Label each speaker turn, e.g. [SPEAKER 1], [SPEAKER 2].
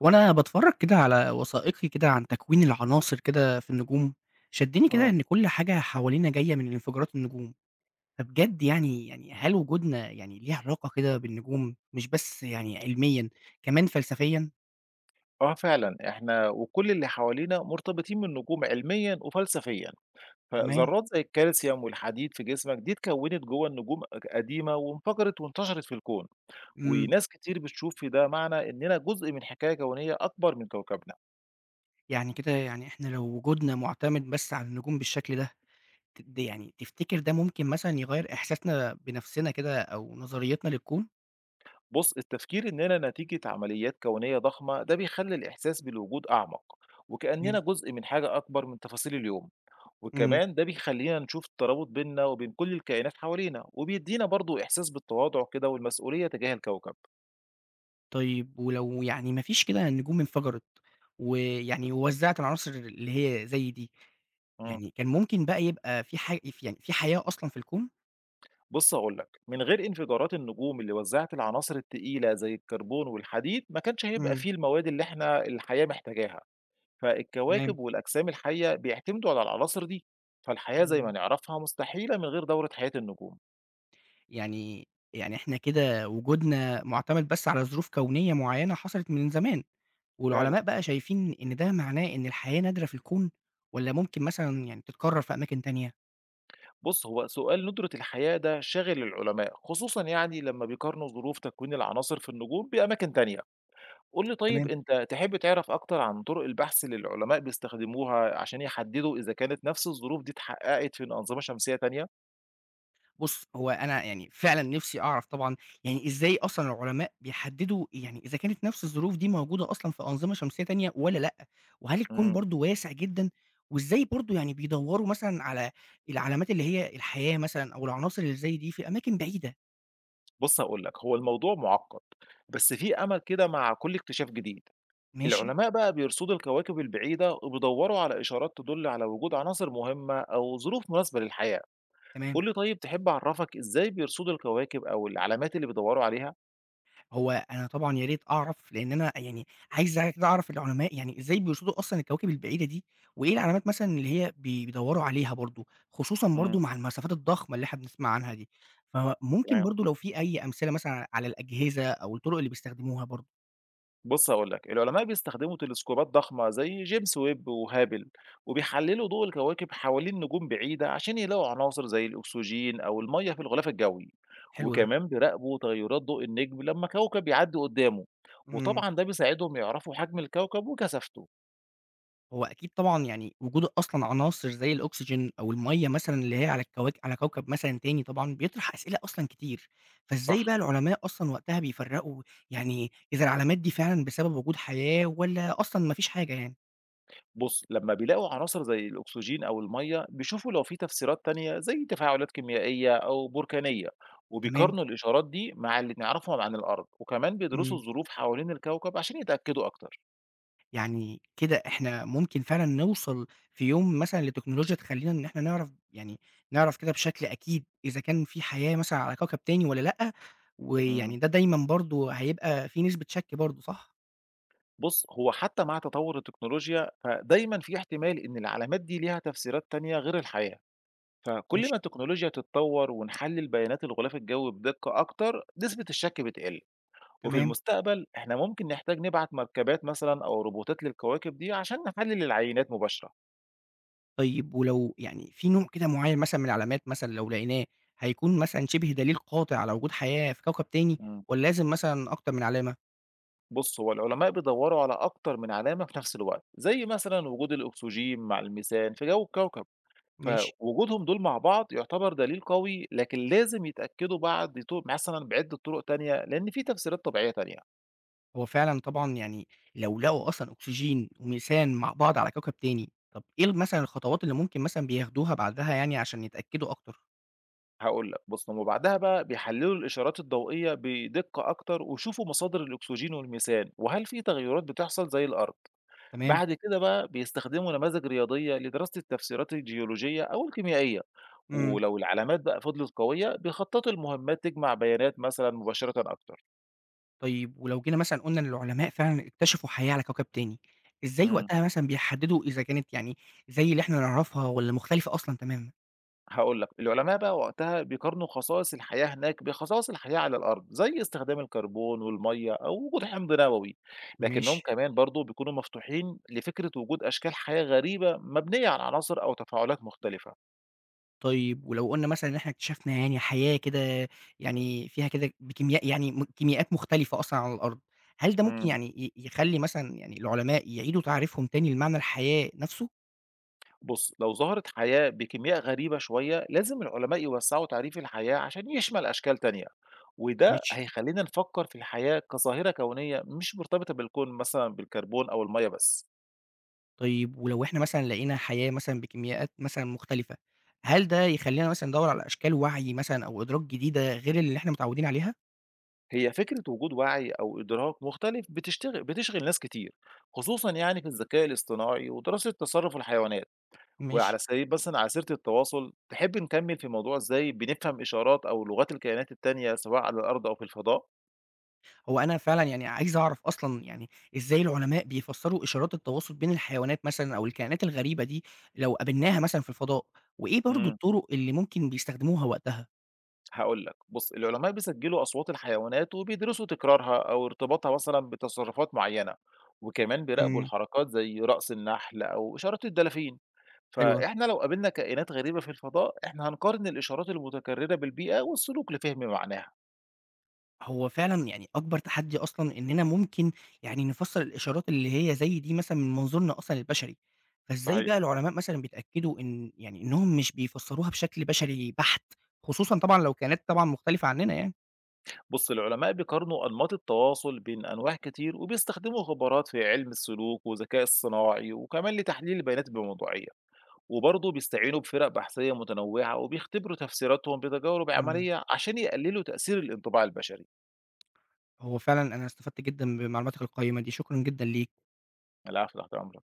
[SPEAKER 1] وأنا باتفرّج كده على وثائقي كده عن تكوين العناصر كده في النجوم، شدّني كده
[SPEAKER 2] إمم.
[SPEAKER 1] إن كل حاجة حوالينا جاية من انفجارات النجوم، فبجد يعني هل وجودنا يعني ليه علاقة كده بالنجوم مش بس يعني علميًا، كمان فلسفيًا؟
[SPEAKER 2] آه فعلًا، إحنا وكل اللي حوالينا مرتبطين بالنجوم علميًا وفلسفيًا،
[SPEAKER 1] تمام،
[SPEAKER 2] فذرات زي الكالسيوم والحديد في جسمك دي اتكوّنت جوّه النجوم قديمة وانفجرت وانتشرت في الكون،
[SPEAKER 1] إمم،
[SPEAKER 2] وناس كتير بتشوف في ده معنى إننا جزء من حكاية كونية أكبر من كوكبنا.
[SPEAKER 1] يعني كده إحنا لو وجودنا مُعتمد بس على النجوم بالشكل ده، تد يعني تفتكر ده ممكن مثلًا يغيّر إحساسنا بنفسنا كده أو نظريتنا للكون؟
[SPEAKER 2] بُص، التفكير إننا نتيجة عمليات كونية ضخمة ده بيخلّي الإحساس بالوجود أعمق، وكأننا
[SPEAKER 1] تمام،
[SPEAKER 2] جزء من حاجة أكبر من تفاصيل اليوم.
[SPEAKER 1] إمم.
[SPEAKER 2] وكمان ده بيخلّينا نشوف الترابط بيننا وبين كل الكائنات حوالينا، وبيدّينا برضه إحساس بالتواضع كده والمسؤولية تجاه الكوكب.
[SPEAKER 1] طيب ولو يعني ما فيش كده نجوم انفجرت، ويعني ووزّعت العناصر اللي هي زي دي،
[SPEAKER 2] إمم.
[SPEAKER 1] يعني كان ممكن بقى يبقى في ح ف يعني في حياة أصلًا في الكون؟
[SPEAKER 2] بُص هاقول لك، من غير انفجارات النجوم اللي وزّعت العناصر التقيلة زي الكربون والحديد، ما كانش هيبقى
[SPEAKER 1] إمم،
[SPEAKER 2] فيه المواد اللي إحنا الحياة محتاجاها، فالكواكب
[SPEAKER 1] تمام،
[SPEAKER 2] والأجسام الحية بيعتمدوا على العناصر دي، فالحياة زي ما
[SPEAKER 1] إمم.
[SPEAKER 2] نعرفها مستحيلة من غير دورة حياة النجوم.
[SPEAKER 1] يعني إحنا كده وجودنا مُعتمد بس على ظروف كونية معيّنة حصلت من زمان،
[SPEAKER 2] فعلًا.
[SPEAKER 1] والعلماء بقى شايفين إن ده معناه إن الحياة نادرة في الكون، والّا ممكن مثلًا يعني تتكرر في أماكن تانية؟
[SPEAKER 2] بُص، هو سؤال ندرة الحياة ده شاغل العلماء، خصوصًا يعني لمّا بيقارنوا ظروف تكوين العناصر في النجوم بأماكن تانية. قُل لي طيب
[SPEAKER 1] تمام.
[SPEAKER 2] أنت تحب تعرف أكتر عن طرق البحث اللي العلماء بيستخدموها عشان يحددوا إذا كانت نفس الظروف دي اتحققت في أنظمة شمسية تانية؟
[SPEAKER 1] بُص، هو أنا يعني فعلًا نِفْسي أعرف طبعًا يعني إزاي أصلًا العلماء بيحدّدوا يعني إذا كانت نَفْس الظروف دي موجودة أصلًا في أنظمة شمسية تانية والّا لأ، وهل الكون
[SPEAKER 2] إمم.
[SPEAKER 1] برضه واسع جدًا، وإزاي برضه يعني بيدوّروا مثلًا على العلامات اللي هي الحياة مثلًا أو العناصر اللي زي دي في أماكن بعيدة؟
[SPEAKER 2] بُص هاقول لك، هو الموضوع معقد، بس في أمل كده مع كل اكتشاف جديد.
[SPEAKER 1] ماشي،
[SPEAKER 2] العلماء بقى بيرصدوا الكواكب البعيدة وبيدوروا على إشارات تدل على وجود عناصر مهمة أو ظروف مناسبة للحياة.
[SPEAKER 1] تمام.
[SPEAKER 2] قُل لي طيب تحب أعرفك إزاي بيرصدوا الكواكب أو العلامات اللي بيدوروا عليها؟
[SPEAKER 1] هو أنا طبعًا يا ريت أعرف، لإن أنا يعني عايز كده أعرف العلماء يعني إزاي بيرصدوا أصلًا الكواكب البعيدة دي، وإيه العلامات مثلًا اللي هي بيدوّروا عليها برضه، خصوصًا
[SPEAKER 2] إمم،
[SPEAKER 1] برضه مع المسافات الضخمة اللي إحنا بنسمع عنها دي، فممكن
[SPEAKER 2] تمام.
[SPEAKER 1] برضه لو في أي أمثلة مثلًا على الأجهزة أو الطرق اللي بيستخدموها برضه،
[SPEAKER 2] بُص هاقول لك، العلماء بيستخدموا تلسكوبات ضخمة زي جيمس ويب وهابل، وبيحللوا ضوء الكواكب حوالين نجوم بعيدة عشان يلاقوا عناصر زي الأكسجين أو المَيَّة في الغلاف الجوي،
[SPEAKER 1] حلو ده.
[SPEAKER 2] وكمان بيراقبوا تغيرات ضوء النجم لما كوكب يعدي قدامه،
[SPEAKER 1] إمم.
[SPEAKER 2] وطبعًا ده بيساعدهم يعرفوا حجم الكوكب وكثافته.
[SPEAKER 1] هو أكيد طبعًا يعني وجود أصلًا عناصر زي الأكسجين أو المَيّة مثلًا اللي هي على الكواك على كوكب مثلًا تاني طبعًا بيطرح أسئلة أصلًا كتير، فإزاي
[SPEAKER 2] صح.
[SPEAKER 1] بقى العلماء أصلًا وقتها بيفرّقوا يعني إذا العلامات دي فعلًا بسبب وجود حياة والّا أصلًا ما فيش حاجة يعني؟
[SPEAKER 2] بُص، لمّا بيلاقوا عناصر زي الأكسجين أو المَيّة، بيشوفوا لو في تفسيرات تانية زي تفاعلات كيميائية أو بركانية،
[SPEAKER 1] تمام،
[SPEAKER 2] وبيقارنوا الإشارات دي مع اللي نعرفهم عن الأرض، وكمان بيدرسوا
[SPEAKER 1] إمم،
[SPEAKER 2] الظروف حوالين الكوكب عشان يتأكدوا أكتر.
[SPEAKER 1] يعني كده إحنا ممكن فعلًا نوصل في يوم مثلًا لتكنولوجيا تخلّينا إن إحنا نعرف يعني نعرف كده بشكل أكيد إذا كان في حياة مثلًا على كوكب تاني والّا لأ،
[SPEAKER 2] إمم.
[SPEAKER 1] ويعني ده دايمًا برضه هيبقى في نسبة شَك برضه صح؟
[SPEAKER 2] بُص، هو حتى مع تطور التكنولوجيا، فدايمًا في احتمال إن العلامات دي ليها تفسيرات تانية غير الحياة، فكل
[SPEAKER 1] ماشي.
[SPEAKER 2] ما التكنولوجيا تتطور ونحلل بيانات الغلاف الجوي بدقة أكتر، نسبة الشك بتقل. وفي
[SPEAKER 1] تمام،
[SPEAKER 2] المستقبل إحنا ممكن نحتاج نبعت مركبات مثلًا أو روبوتات للكواكب دي عشان نحلل العينات مباشرة.
[SPEAKER 1] طيب ولو يعني في نوع كده معيّن مثلًا من العلامات مثلًا لو لقيناه، هيكون مثلًا شِبه دليل قاطع على وجود حياة في كوكب تاني
[SPEAKER 2] امم.
[SPEAKER 1] والّا لازم مثلًا أكتر من علامة؟
[SPEAKER 2] بُص، هو العلماء بيدوروا على أكتر من علامة في نفس الوقت، زي مثلًا وجود الأكسجين مع الميثان في جو الكوكب،
[SPEAKER 1] ماشي،
[SPEAKER 2] فوجودهم دول مع بعض يعتبر دليل قوي، لكن لازم يتأكدوا بعد مثلًا بعدة طرق تانية، لأن في تفسيرات طبيعية تانية.
[SPEAKER 1] هو فعلًا طبعًا يعني لو لقوا أصلًا أكسجين وميثان مع بعض على كوكب تاني، طب إيه مثلًا الخطوات اللي ممكن مثلًا بياخدوها بعدها يعني عشان يتأكدوا أكتر؟
[SPEAKER 2] هاقول لك، بُص، هم بعدها بقى بيحللوا الإشارات الضوئية بدقة أكتر ويشوفوا مصادر الأكسجين والميثان، وهل في تغيرات بتحصل زي الأرض.
[SPEAKER 1] تمام،
[SPEAKER 2] بعد كده بقى بيستخدموا نماذج رياضية لدراسة التفسيرات الجيولوجية أو الكيميائية،
[SPEAKER 1] إمم،
[SPEAKER 2] ولو العلامات بقى فضلت قوية بيخططوا المهمات تجمع بيانات مثلا مباشرة أكتر.
[SPEAKER 1] طيب ولو جينا مثلًا قُلنا إن العلماء فعلًا اكتشفوا حياة على كوكب تاني، إزاي
[SPEAKER 2] امم.
[SPEAKER 1] وقتها مثلًا بيحددوا إذا كانت يعني زي اللي إحنا نعرفها والّا مختلفة أصلًا تمامًا؟
[SPEAKER 2] هقول لك، العلماء بقى وقتها بيقارنوا خصائص الحياة هناك بخصائص الحياة على الأرض زي استخدام الكربون والمية أو وجود حمض نووي. لكنهم
[SPEAKER 1] ماشي.
[SPEAKER 2] كمان برضو بيكونوا مفتوحين لفكرة وجود أشكال حياة غريبة مبنية على عناصر أو تفاعلات مختلفة.
[SPEAKER 1] طيب ولو قُلنا مثلًا إن إحنا اكتشفنا يعني حياة كده يعني فيها كده بكيمياء يعني م كيميائيات مختلفة أصلًا على الأرض، هل ده ممكن
[SPEAKER 2] امم.
[SPEAKER 1] يعني يخلّي مثلًا يعني العلماء يعيدوا تعريفهم تاني لمعنى الحياة نَفْسه؟
[SPEAKER 2] بُص، لو ظهرت حياة بكمياء غريبة شوية، لازم العلماء يوسّعوا تعريف الحياة عشان يشمل أشكال تانية، وده
[SPEAKER 1] ماشي.
[SPEAKER 2] هيخلّينا نفكّر في الحياة كظاهرة كونية مش مرتبطة بالكون مثلًا بالكربون أو المَيّة بس.
[SPEAKER 1] طيب ولو إحنا مثلًا لقينا حياة مثلًا بكيميائيات مثلًا مختلفة، هل ده يخلّينا مثلًا ندوّر على أشكال وعي مثلًا أو إدراك جديدة غير اللي إحنا متعودين عليها؟
[SPEAKER 2] هي فكرة وجود وعي أو إدراك مختلف بتشغل ناس كتير، خصوصًا يعني في الذكاء الاصطناعي ودراسة تصرُّف الحيوانات.
[SPEAKER 1] ماشي.
[SPEAKER 2] وعلى سبيل مثلًا على سيرة التواصل، تحب نكمّل في موضوع إزاي بنفهم إشارات أو لغات الكائنات التانية سواء على الأرض أو في الفضاء؟
[SPEAKER 1] هو أنا فعلًا يعني عايز أعرف أصلًا يعني إزاي العلماء بيفسّروا إشارات التواصل بين الحيوانات مثلًا أو الكائنات الغريبة دي لو قابلناها مثلًا في الفضاء، وإيه برضه
[SPEAKER 2] إمم.
[SPEAKER 1] الطرق اللي ممكن بيستخدموها وقتها؟
[SPEAKER 2] هاقول لك، بُص العلماء بيسجلوا أصوات الحيوانات وبيدرسوا تكرارها أو ارتباطها مثلًا بتصرفات معيّنة، وكمان بيراقبوا
[SPEAKER 1] إمم،
[SPEAKER 2] الحركات زي رقص النحل أو إشارات الدلافين،
[SPEAKER 1] حلو ده.
[SPEAKER 2] فإحنا لو قابلنا كائنات غريبة في الفضاء إحنا هنقارن الإشارات المتكررة بالبيئة والسلوك لفهم معناها.
[SPEAKER 1] هو فعلًا يعني أكبر تحدي أصلًا إننا ممكن يعني نفسّر الإشارات اللي هي زي دي مثلًا من منظورنا أصلًا البشري، فإزاي بقى
[SPEAKER 2] صحيح.
[SPEAKER 1] العلماء مثلًا بيتأكدوا إن يعني إنهم مش بيفسّروها بشكل بشري بحت، خصوصًا طبعًا لو كائنات طبعًا مختلفة عننا يعني؟
[SPEAKER 2] بُص العلماء بيقارنوا أنماط التواصل بين أنواع كتير وبيستخدموا خبرات في علم السلوك والذكاء الصناعي، وكمان لتحليل البيانات بموضوعية. وبرضه بيستعينوا بفرق بحثية متنوعة وبيختبروا تفسيراتهم بتجارب
[SPEAKER 1] إمم.
[SPEAKER 2] عملية عشان يقللوا تأثير الانطباع البشري.
[SPEAKER 1] هو فعلًا أنا استفدت جدًا بمعلوماتك القيّمة دي، شكرًا جدًا ليك.
[SPEAKER 2] العفو، تحت أمرك.